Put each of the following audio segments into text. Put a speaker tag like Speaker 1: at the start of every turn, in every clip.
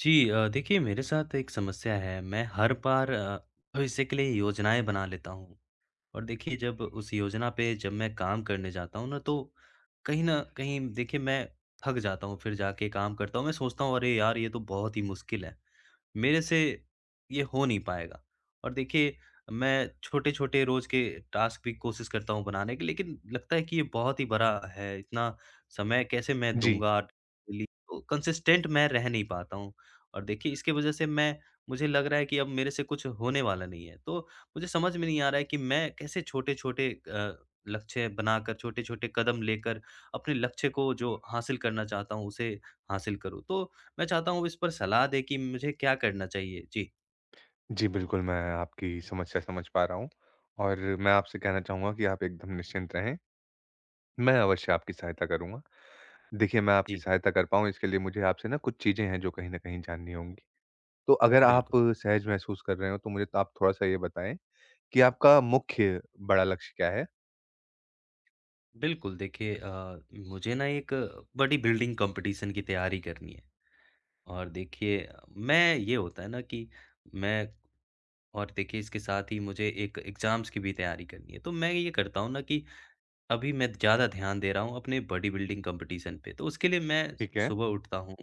Speaker 1: जी देखिए मेरे साथ एक समस्या है। मैं हर बार भविष्य के लिए योजनाएँ बना लेता हूँ और देखिए जब उस योजना पे जब मैं काम करने जाता हूँ ना तो कहीं न कहीं देखिए मैं थक जाता हूँ, फिर जाके काम करता हूँ। मैं सोचता हूँ अरे यार! ये तो बहुत ही मुश्किल है। मेरे से ये हो नहीं पाएगा और देखिए मैं छोटे-छोटे रोज़ के टास्क भी कोशिश करता हूँ बनाने की, लेकिन लगता है कि ये बहुत ही बड़ा है, इतना समय कैसे मैं
Speaker 2: जी,
Speaker 1: दूँगा डेली? तो कंसिस्टेंट मैं रह नहीं पाता हूँ और देखिए इसकी वज़ह से मैं मुझे लग रहा है कि अब मेरे से कुछ होने वाला नहीं है। तो मुझे समझ में नहीं आ रहा है कि मैं कैसे छोटे-छोटे लक्ष्य बनाकर, छोटे-छोटे कदम लेकर अपने लक्ष्य को जो हासिल करना चाहता हूँ, उसे हासिल करूँ। तो मैं चाहता हूँ इस पर सलाह दें कि मुझे क्या करना चाहिए? जी,
Speaker 2: जी, बिल्कुल, मैं आपकी समस्या समझ पा रहा हूँ और मैं आपसे कहना चाहूँगा कि आप एकदम निश्चिंत रहें, मैं अवश्य आपकी सहायता करूँगा। देखिए, मैं आपकी
Speaker 1: जी,
Speaker 2: सहायता कर पाऊँ, इसके लिए मुझे आपसे ना कुछ चीज़ें हैं, जो कहीं न कहीं जाननी होंगी। तो अगर आप
Speaker 1: बिल्कुल।
Speaker 2: सहज महसूस कर रहे हो, तो मुझे तो आप थोड़ा-सा ये बताएँ कि आपका मुख्य बड़ा लक्ष्य क्या है?
Speaker 1: बिल्कुल, देखिए मुझे ना एक बड़ी बिल्डिंग कॉम्पिटिशन की तैयारी करनी है और देखिए मैं ये होता है ना कि मैं और देखिए इसके साथ ही मुझे एक एग्ज़ाम्स की भी तैयारी करनी है। तो मैं ये करता हूँ ना कि अभी मैं ज़्यादा ध्यान दे रहा हूँ अपने बॉडी बिल्डिंग कॉम्पिटिशन पे, तो उसके लिए मैं
Speaker 2: ठीक है?
Speaker 1: सुबह उठता हूँ,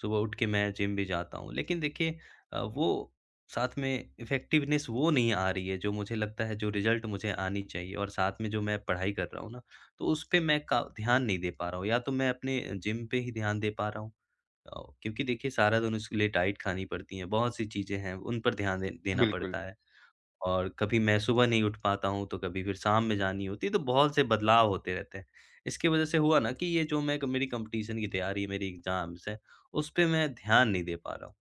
Speaker 1: सुबह उठ के मैं जिम भी जाता हूँ। लेकिन देखिए वो साथ में इफ़ेक्टिवनेस वो नहीं आ रही है, जो मुझे लगता है जो रिज़ल्ट मुझे आनी चाहिए और साथ में जो मैं पढ़ाई कर रहा हूँ ना, तो उस पे मैं का ध्यान नहीं दे पा रहा हूँ। या तो मैं अपने जिम पे ही ध्यान दे पा रहा हूँ, क्योंकि देखिए सारा दिन उसके लिए डाइट खानी पड़ती है, बहुत सी चीज़ें हैं, उन पर ध्यान दे देना
Speaker 2: बिल्कुल,
Speaker 1: पड़ता है। और कभी मैं सुबह नहीं उठ पाता हूँ, तो कभी फिर शाम में जानी होती है, तो बहुत से बदलाव होते रहते हैं। इसकी वज़ह से हुआ ना कि ये जो मैं मेरी कॉम्पिटिशन की तैयारी है, मेरी एग्ज़ाम्स हैं, उस पे मैं ध्यान नहीं दे पा रहा हूँ।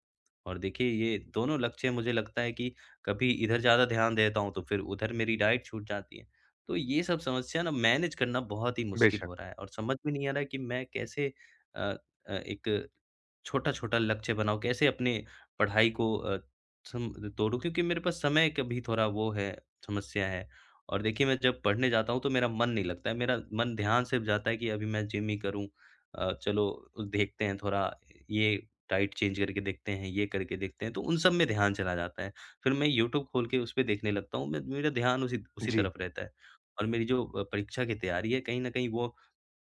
Speaker 1: और देखिए ये दोनों लक्ष्य मुझे लगता है कि कभी इधर ज़्यादा ध्यान देता हूँ, तो फिर उधर मेरी डाइट छूट जाती है। तो ये सब समस्या ना मैनेज करना बहुत ही मुश्किल
Speaker 2: बेशक।
Speaker 1: हो रहा है और समझ में नहीं आ रहा है कि मैं कैसे अ एक छोटा-छोटा लक्ष्य बनाओ, कैसे अपने पढ़ाई को अ, सम तोड़ूँ क्योंकि मेरे पास समय का भी थोड़ा वो है, समस्या है। और देखिए मैं जब पढ़ने जाता हूँ तो मेरा मन नहीं लगता है, मेरा मन ध्यान सिर्फ़ जाता है कि अभी मैं जिम ही करूँ। चलो देखते हैं थोड़ा ये डाइट चेंज करके देखते हैं, ये करके देखते हैं, तो उन सब में ध्यान चला जाता है। फिर मैं यूट्यूब खोल के उसपे देखने लगता हूँ, मैं मेरा ध्यान उसी उसी
Speaker 2: जी।
Speaker 1: तरफ रहता है। और मेरी जो परीक्षा की तैयारी है, कहीं न कहीं वो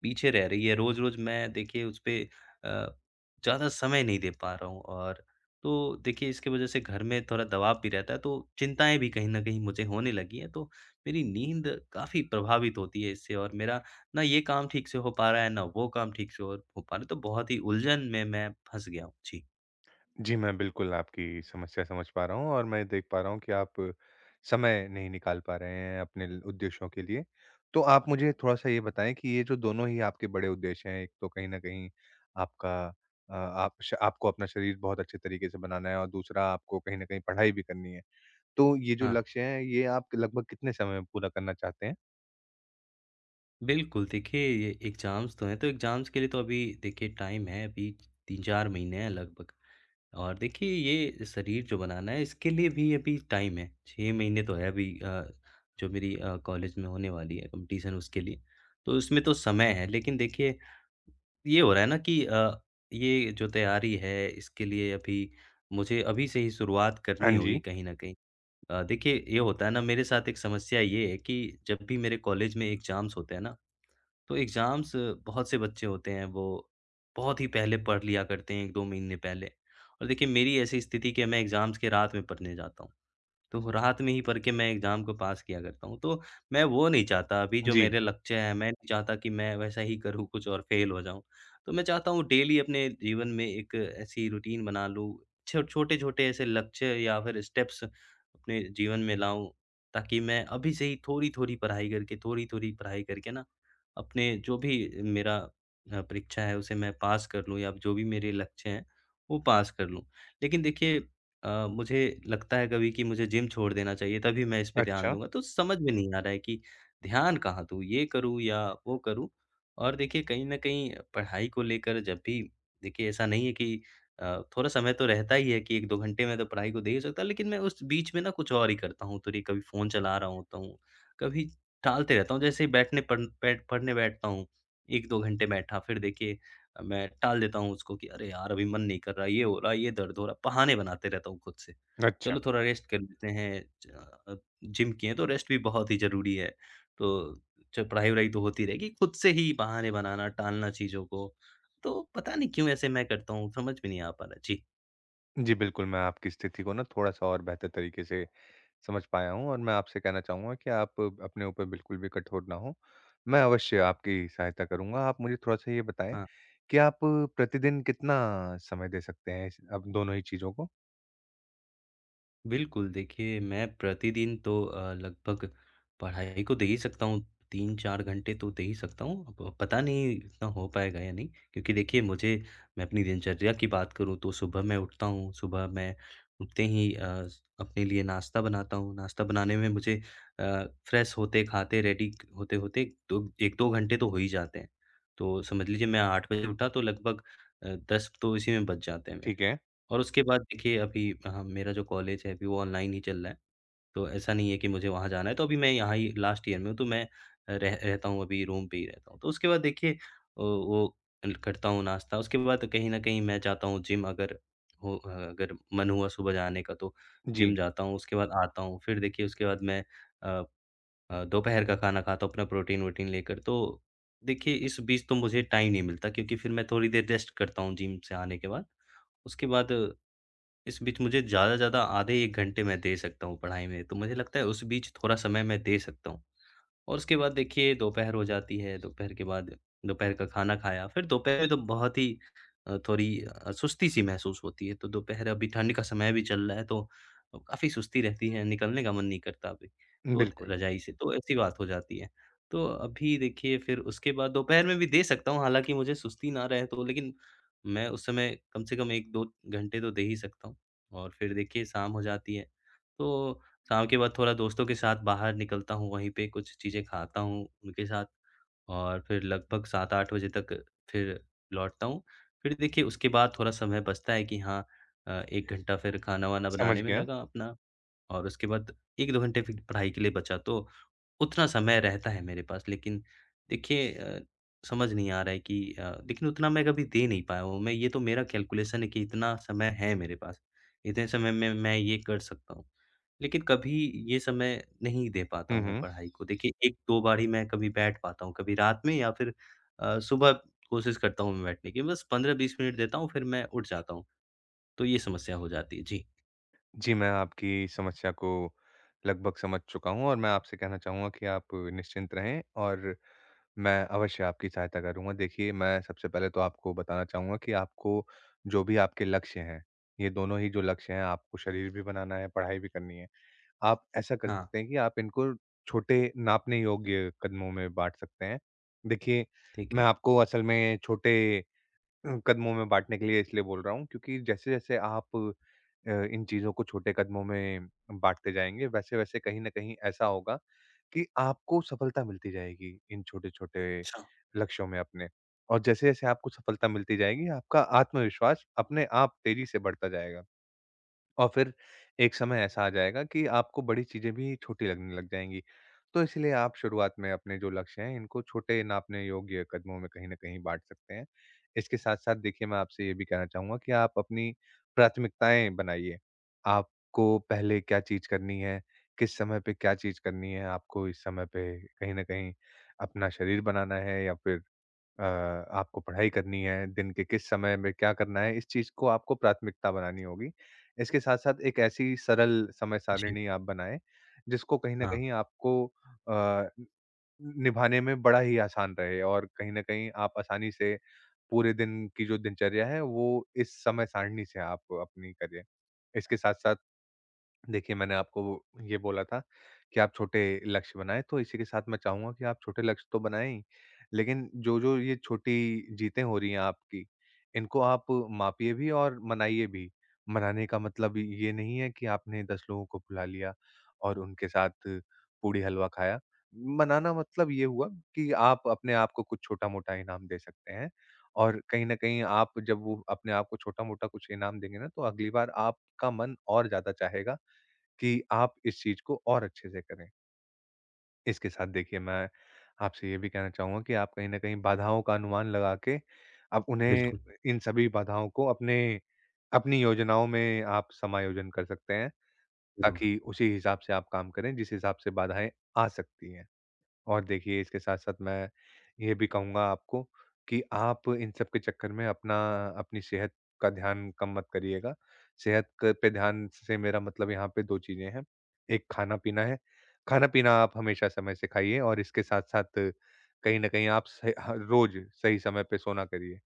Speaker 1: पीछे रह रही है। रोज़-रोज़ मैं देखिए उस पे अ, ज़्यादा समय नहीं दे पा रहा हूँ और तो देखिए इसकी वज़ह से घर में थोड़ा दबाव भी रहता है, तो चिंताएँ भी कहीं न कहीं मुझे होने लगी हैं, तो मेरी नींद काफ़ी प्रभावित होती है इससे और मेरा ना ये काम ठीक से हो पा रहा है, ना वो काम ठीक से हो पा रहा है, तो बहुत ही उलझन में मैं फँस गया हूँ। जी।
Speaker 2: जी, मैं बिल्कुल आपकी समस्या समझ पा रहा हूँ और मैं देख पा रहा हूँ कि आप समय नहीं निकाल पा रहे हैं अपने ल उद्देश्यों के लिए। तो आप मुझे थोड़ा-सा ये बताएँ कि ये जो दोनों ही आपके बड़े उद्देश्य हैं, एक तो कहीं न कहीं आपका आप श आपको अपना शरीर बहुत अच्छे तरीके से बनाना है और दूसरा आपको कहीं न कहीं पढ़ाई भी करनी है। तो ये जो
Speaker 1: हाँ,
Speaker 2: लक्ष्य हैं, ये आप लगभग कितने समय में पूरा करना चाहते हैं?
Speaker 1: बिल्कुल। देखिए, ये एग्ज़ाम्स तो हैं, तो एग्ज़ाम्स के लिए तो अभी देखिए टाइम है, अभी 3-4 महीने हैं लगभग। और देखिए ये शरीर जो बनाना है इसके लिए भी अभी टाइम है, 6 महीने तो है अभी, जो मेरी कॉलेज में होने वाली है कॉम्पिटिशन उसके लिए। तो इसमें तो समय है लेकिन देखिए ये हो रहा है ना कि ये जो तैयारी है इसके लिए अभी मुझे अभी से ही शुरुआत
Speaker 2: हाँ
Speaker 1: करनी होगी
Speaker 2: जी।
Speaker 1: कहीं न कहीं। देखिए ये होता है ना मेरे साथ एक समस्या ये है कि जब भी मेरे कॉलेज में एग्ज़ाम्स होते हैं ना तो एग्ज़ाम्स बहुत से बच्चे होते हैं वो बहुत ही पहले पढ़ लिया करते हैं 1-2 महीने पहले। और देखिए मेरी ऐसी स्थिति कि मैं एग्ज़ाम्स के रात में पढ़ने जाता हूँ। तो रात में ही पढ़ के मैं एग्ज़ाम को पास किया करता हूँ। तो मैं वो नहीं चाहता अभी जो
Speaker 2: जी।
Speaker 1: मेरे लक्ष्य हैं, मैं नहीं चाहता कि मैं वैसा ही करूँ कुछ और फ़ेल हो जाऊँ। तो मैं चाहता हूँ डेली अपने जीवन में एक ऐसी रूटीन बना लूँ, छो छोटे-छोटे ऐसे लक्ष्य या फिर स्टेप्स अपने जीवन में लाऊँ, ताकि मैं अभी से ही थोड़ी-थोड़ी पढ़ाई करके ना अपने जो भी मेरा परीक्षा है उसे मैं पास कर लूँ या जो भी मेरे लक्ष्य हैं वो पास कर लूँ। लेकिन देखिए मुझे लगता है कभी कि मुझे जिम छोड़ देना चाहिए तभी मैं इस पे ध्यान
Speaker 2: अच्छा,
Speaker 1: दूँगा। तो समझ में नहीं आ रहा है कि ध्यान कहाँ दूँ, ये करूँ या वो करूँ? और देखिए कहीं न कहीं पढ़ाई को लेकर जब भी देखिए ऐसा नहीं है कि थोड़ा समय तो रहता ही है कि 1-2 घंटे मैं तो पढ़ाई को दे ही सकता लेकिन मैं उस बीच में ना कुछ और ही करता हूँ। तो ये कभी फ़ोन चला रहा होता हूँ, कभी टालते रहता हूँ, जैसे ही बैठने पढ़ बैठ पढ़ने बैठता हूँ, 1-2 घंटे बैठा फिर देखिए मैं टाल देता हूँ उसको कि अरे यार! अभी मन नहीं कर रहा, ये हो रहा, ये दर्द हो रहा, बहाने बनाते रहता हूँ खुद से।
Speaker 2: अच्छा।
Speaker 1: चलो थोड़ा रेस्ट कर लेते हैं, अ, जिम किए हैं तो रेस्ट भी बहुत ही ज़रूरी है। तो च पढ़ाई-वढ़ाई तो होती रहेगी, खुद से ही बहाने बनाना, टालना चीज़ों को, तो पता नहीं क्यों ऐसे मैं करता हूँ, समझ में नहीं आ पा रहा। जी,
Speaker 2: जी, बिल्कुल मैं आपकी स्थिति को ना थोड़ा-सा और बेहतर तरीके से समझ पाया हूँ और मैं आपसे कहना चाहूँगा कि आप अपने ऊपर बिल्कुल भी कठोर ना हों। मैं अवश्य आपकी सहायता करूँगा। आप मुझे थोड़ा-सा ये बताएँ
Speaker 1: हाँ।
Speaker 2: कि आप प्रतिदिन कितना समय दे सकते हैं इस अब दोनों ही चीज़ों को?
Speaker 1: बिल्कुल, देखिए मैं प्रतिदिन तो लगभग पढ़ाई को दे ही सकता हूँ, 3-4 घंटे तो दे ही सकता हूँ। अब पता नहीं इतना हो पाएगा या नहीं क्योंकि देखिए मुझे मैं अपनी दिनचर्या की बात करूँ तो सुबह मैं उठता हूँ, सुबह मैं उठते ही अपने लिए नाश्ता बनाता हूँ। नाश्ता बनाने में मुझे, फ्रेश होते, खाते, रेडी होते-होते 2 1-2 घंटे तो हो ही जाते हैं। तो समझ लीजिए मैं 8 बजे उठा तो लगभग अ, 10 तो इसी में बज जाते हैं मेरे।
Speaker 2: ठीक है।
Speaker 1: और उसके बाद देखिए अभी मेरा जो कॉलेज है अभी वो ऑनलाइन ही चल रहा है, तो ऐसा नहीं है कि मुझे वहाँ जाना है, तो अभी मैं यहाँ ही लास्ट ईयर में हूँ, तो मैं रह रहता हूँ अभी रूम पे ही रहता हूँ। तो उसके बाद देखिए अ, वो करता हूँ नाश्ता, उसके बाद कहीं न कहीं मैं जाता हूँ जिम अगर हो, अगर मन हुआ सुबह जाने का तो जिम
Speaker 2: जी।
Speaker 1: जाता हूँ, उसके बाद आता हूँ, फिर देखिए उसके बाद मैं अ दोपहर का खाना खाता हूँ अपना प्रोटीन-वोटीन लेकर। तो देखिए इस बीच तो मुझे टाइम नहीं मिलता क्योंकि फिर मैं थोड़ी देर रेस्ट करता हूँ जिम से आने के बाद। उसके बाद इस बीच मुझे ज़्यादा से ज़्यादा आधे 1 घंटे मैं दे सकता हूँ पढ़ाई में, तो मुझे लगता है उस बीच थोड़ा समय मैं दे सकता हूँ। और उसके बाद देखिए दोपहर हो जाती है, दोपहर के बाद दोपहर का खाना खाया, फिर दोपहर में तो बहुत ही थोड़ी सुस्ती-सी महसूस होती है, तो दोपहर अभी ठंड का समय भी चल रहा है तो काफ़ी सुस्ती रहती है, निकलने का मन नहीं करता अभी, तो
Speaker 2: बिल्कुल,
Speaker 1: रज़ाई से, तो ऐसी बात हो जाती है। तो अभी देखिए फिर उसके बाद दोपहर में भी दे सकता हूँ, हालाँकि मुझे सुस्ती ना रहे तो लेकिन मैं उस समय कम से कम 1-2 घंटे तो दे ही सकता हूँ और फिर देखिए शाम हो जाती है, तो शाम के बाद थोड़ा दोस्तों के साथ बाहर निकलता हूँ, वहीं पे कुछ चीज़ें खाता हूँ उनके साथ और फिर लगभग 7-8 बजे तक फिर लौटता हूँ। फिर देखिए उसके बाद थोड़ा समय बचता है कि हाँ, 1 घंटा फिर खाना-वाना
Speaker 2: समझ
Speaker 1: बनाने में
Speaker 2: गया।
Speaker 1: लगा अपना और उसके बाद 1-2 घंटे फिर पढ़ाई के लिए बचा तो उतना समय रहता है मेरे पास। लेकिन देखिए समझ नहीं आ रहा है कि लेकिन उतना मैं कभी दे नहीं पाया हूँ। मैं ये तो मेरा कैलकुलेशन है कि इतना समय है मेरे पास, इतने समय में मैं ये कर सकता हूँ। लेकिन कभी ये समय नहीं दे पाता
Speaker 2: हुँ,
Speaker 1: हूँ मैं
Speaker 2: हुँ।
Speaker 1: पढ़ाई को। देखिए 1-2 बार ही मैं कभी बैठ पाता हूँ, कभी रात में या फिर सुबह कोशिश करता हूँ मैं बैठने की। बस 15-20 मिनट देता हूँ, फिर मैं उठ जाता हूँ। तो ये समस्या हो जाती है। जी।
Speaker 2: जी, मैं आपकी समस्या को लगभग समझ चुका हूँ और मैं आपसे कहना चाहूँगा कि आप निश्चिंत रहें और मैं अवश्य आपकी सहायता करूँगा। देखिए, मैं सबसे पहले तो आपको बताना चाहूँगा कि आपको जो भी आपके लक्ष्य हैं, ये दोनों ही जो लक्ष्य हैं, आपको शरीर भी बनाना है, पढ़ाई भी करनी है। आप ऐसा कर
Speaker 1: हाँ,
Speaker 2: सकते हैं कि आप इनको छोटे नापने योग्य कदमों में बाँट सकते हैं। देखिए,
Speaker 1: ठीक
Speaker 2: मैं
Speaker 1: है।
Speaker 2: आपको असल में छोटे कदमों में बाँटने के लिए इसलिए बोल रहा हूँ क्योंकि जैसे-जैसे आप इन चीज़ों को छोटे कदमों में बाँटते जाएँगे, वैसे-वैसे कहीं न कहीं ऐसा होगा कि आपको सफलता मिलती जाएगी इन छोटे-छोटे
Speaker 1: अच्छा।
Speaker 2: लक्ष्यों में अपने। और जैसे-जैसे आपको सफलता मिलती जाएगी, आपका आत्मविश्वास अपने आप तेज़ी से बढ़ता जाएगा। और फिर एक समय ऐसा आ जाएगा कि आपको बड़ी चीज़ें भी छोटी लगने लग जाएँगी। तो इसलिए आप शुरुआत में अपने जो लक्ष्य हैं, इनको छोटे नापने योग्य कदमों में कहीं न कहीं बाँट सकते हैं। इसके साथ-साथ देखिए मैं आपसे ये भी कहना चाहूँगा कि आप अपनी प्राथमिकताएँ बनाइए। आपको पहले क्या चीज़ करनी है, किस समय पे क्या चीज़ करनी है, आपको इस समय पे कहीं न कहीं अपना शरीर बनाना है या फिर आपको पढ़ाई करनी है, दिन के किस समय में क्या करना है, इस चीज़ को आपको प्राथमिकता बनानी होगी। इसके साथ-साथ एक ऐसी सरल समय
Speaker 1: जी।
Speaker 2: सारिणी आप बनाएँ, जिसको कहीं न
Speaker 1: हाँ,
Speaker 2: कहीं आपको अ, न निभाने में बड़ा ही आसान रहे और कहीं न कहीं आप आसानी से पूरे दिन की जो दिनचर्या है, वो इस समय सारिणी से आप अपनी करें। इसके साथ-साथ देखिए, मैंने आपको ये बोला था कि आप छोटे लक्ष्य बनाएँ, तो इसी के साथ मैं चाहूँगा कि आप छोटे लक्ष्य तो बनाएँ ही, लेकिन जो-जो ये छोटी जीतें हो रही हैं आपकी, इनको आप मापिए भी और मनाइए भी। मनाने का मतलब ये नहीं है कि आपने 10 लोगों को बुला लिया और उनके साथ पूड़ी-हलवा खाया। मनाना मतलब ये हुआ कि आप अपने आप को कुछ छोटा-मोटा इनाम दे सकते हैं और कहीं न कहीं आप जब वो अपने आप को छोटा-मोटा कुछ इनाम देंगे ना, तो अगली बार आपका मन और ज़्यादा चाहेगा कि आप इस चीज़ को और अच्छे से करें। इसके साथ देखिए मैं आपसे ये भी कहना चाहूँगा कि आप कहीं न कहीं बाधाओं का अनुमान लगा के आप उन्हें
Speaker 1: बिल्कुल,
Speaker 2: इन सभी बाधाओं को अपने अपनी योजनाओं में आप समायोजन कर सकते हैं,
Speaker 1: ज़रूर,
Speaker 2: ताकि उसी हिसाब से आप काम करें जिस हिसाब से बाधाएँ आ सकती हैं। और देखिए इसके साथ-साथ मैं ये भी कहूँगा आपको कि आप इन सब के चक्कर में अपना अपनी सेहत का ध्यान कम मत करिएगा। सेहत क पे ध्यान से मेरा मतलब यहाँ पे 2 चीज़ें हैं, एक खाना-पीना है। खाना-पीना आप हमेशा समय से खाइए और इसके साथ-साथ कहीं न कहीं आप सह ह रोज़ सही समय पे सोना करिए।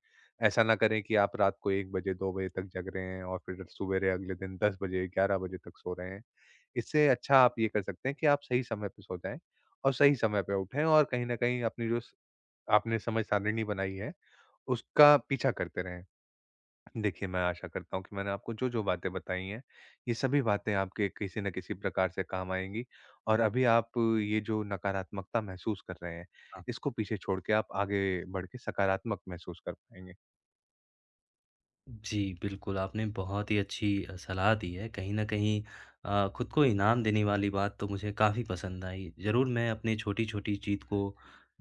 Speaker 2: ऐसा ना करें कि आप रात को 1 बजे, 2 बजे तक जग रहे हैं और फिर सुबेरे अगले दिन 10 बजे, 11 बजे तक सो रहे हैं। इससे अच्छा आप ये कर सकते हैं कि आप सही समय पे सो जाएँ। और सही समय पे उठें और कहीं न कहीं अपनी जो स आपने समय सारिणी बनाई है, उसका पीछा करते रहें। देखिए, मैं आशा करता हूँ कि मैंने आपको जो-जो बातें बताई हैं, ये सभी बातें आपके किसी न किसी प्रकार से काम आएँगी और अभी आप ये जो नकारात्मकता महसूस कर रहे हैं,
Speaker 1: हाँ।
Speaker 2: इसको पीछे छोड़ के आप आगे बढ़ के सकारात्मक महसूस कर पाएँगे।
Speaker 1: जी, बिल्कुल, आपने बहुत ही अच्छी सलाह दी है। कहीं न कहीं खुद को इनाम देने वाली बात तो मुझे काफ़ी पसंद आई। ज़रूर मैं अपनी छोटी-छोटी जीत को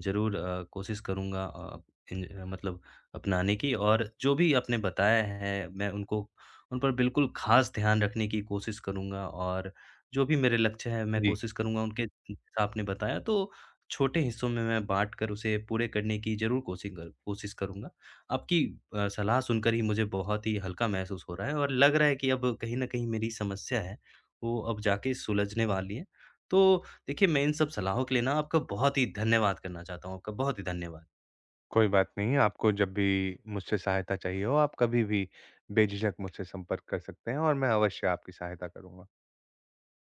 Speaker 1: ज़रूर कोशिश करूँगा इन मतलब अपनाने की और जो भी आपने बताया है, मैं उनको उन पर बिल्कुल ख़ास ध्यान रखने की कोशिश करूँगा और जो भी मेरे लक्ष्य हैं, मैं
Speaker 2: जी,
Speaker 1: कोशिश करूँगा उनके जैसा आपने बताया, तो छोटे हिस्सों में मैं बाँट कर उसे पूरे करने की ज़रूर कोशिश करूँगा। आपकी सलाह सुनकर ही मुझे बहुत ही हल्का महसूस हो रहा है और लग रहा है कि अब कहीं न कहीं मेरी समस्या है, वो अब जाके सुलझने वाली है। तो देखिए, मैं इन सब सलाहों के लिए ना आपका बहुत ही धन्यवाद करना चाहता हूँ, आपका बहुत ही धन्यवाद।
Speaker 2: कोई बात नहीं। आपको जब भी मुझसे सहायता चाहिए हो, आप कभी भी बेझिझक मुझसे संपर्क कर सकते हैं और मैं अवश्य आपकी सहायता करूँगा।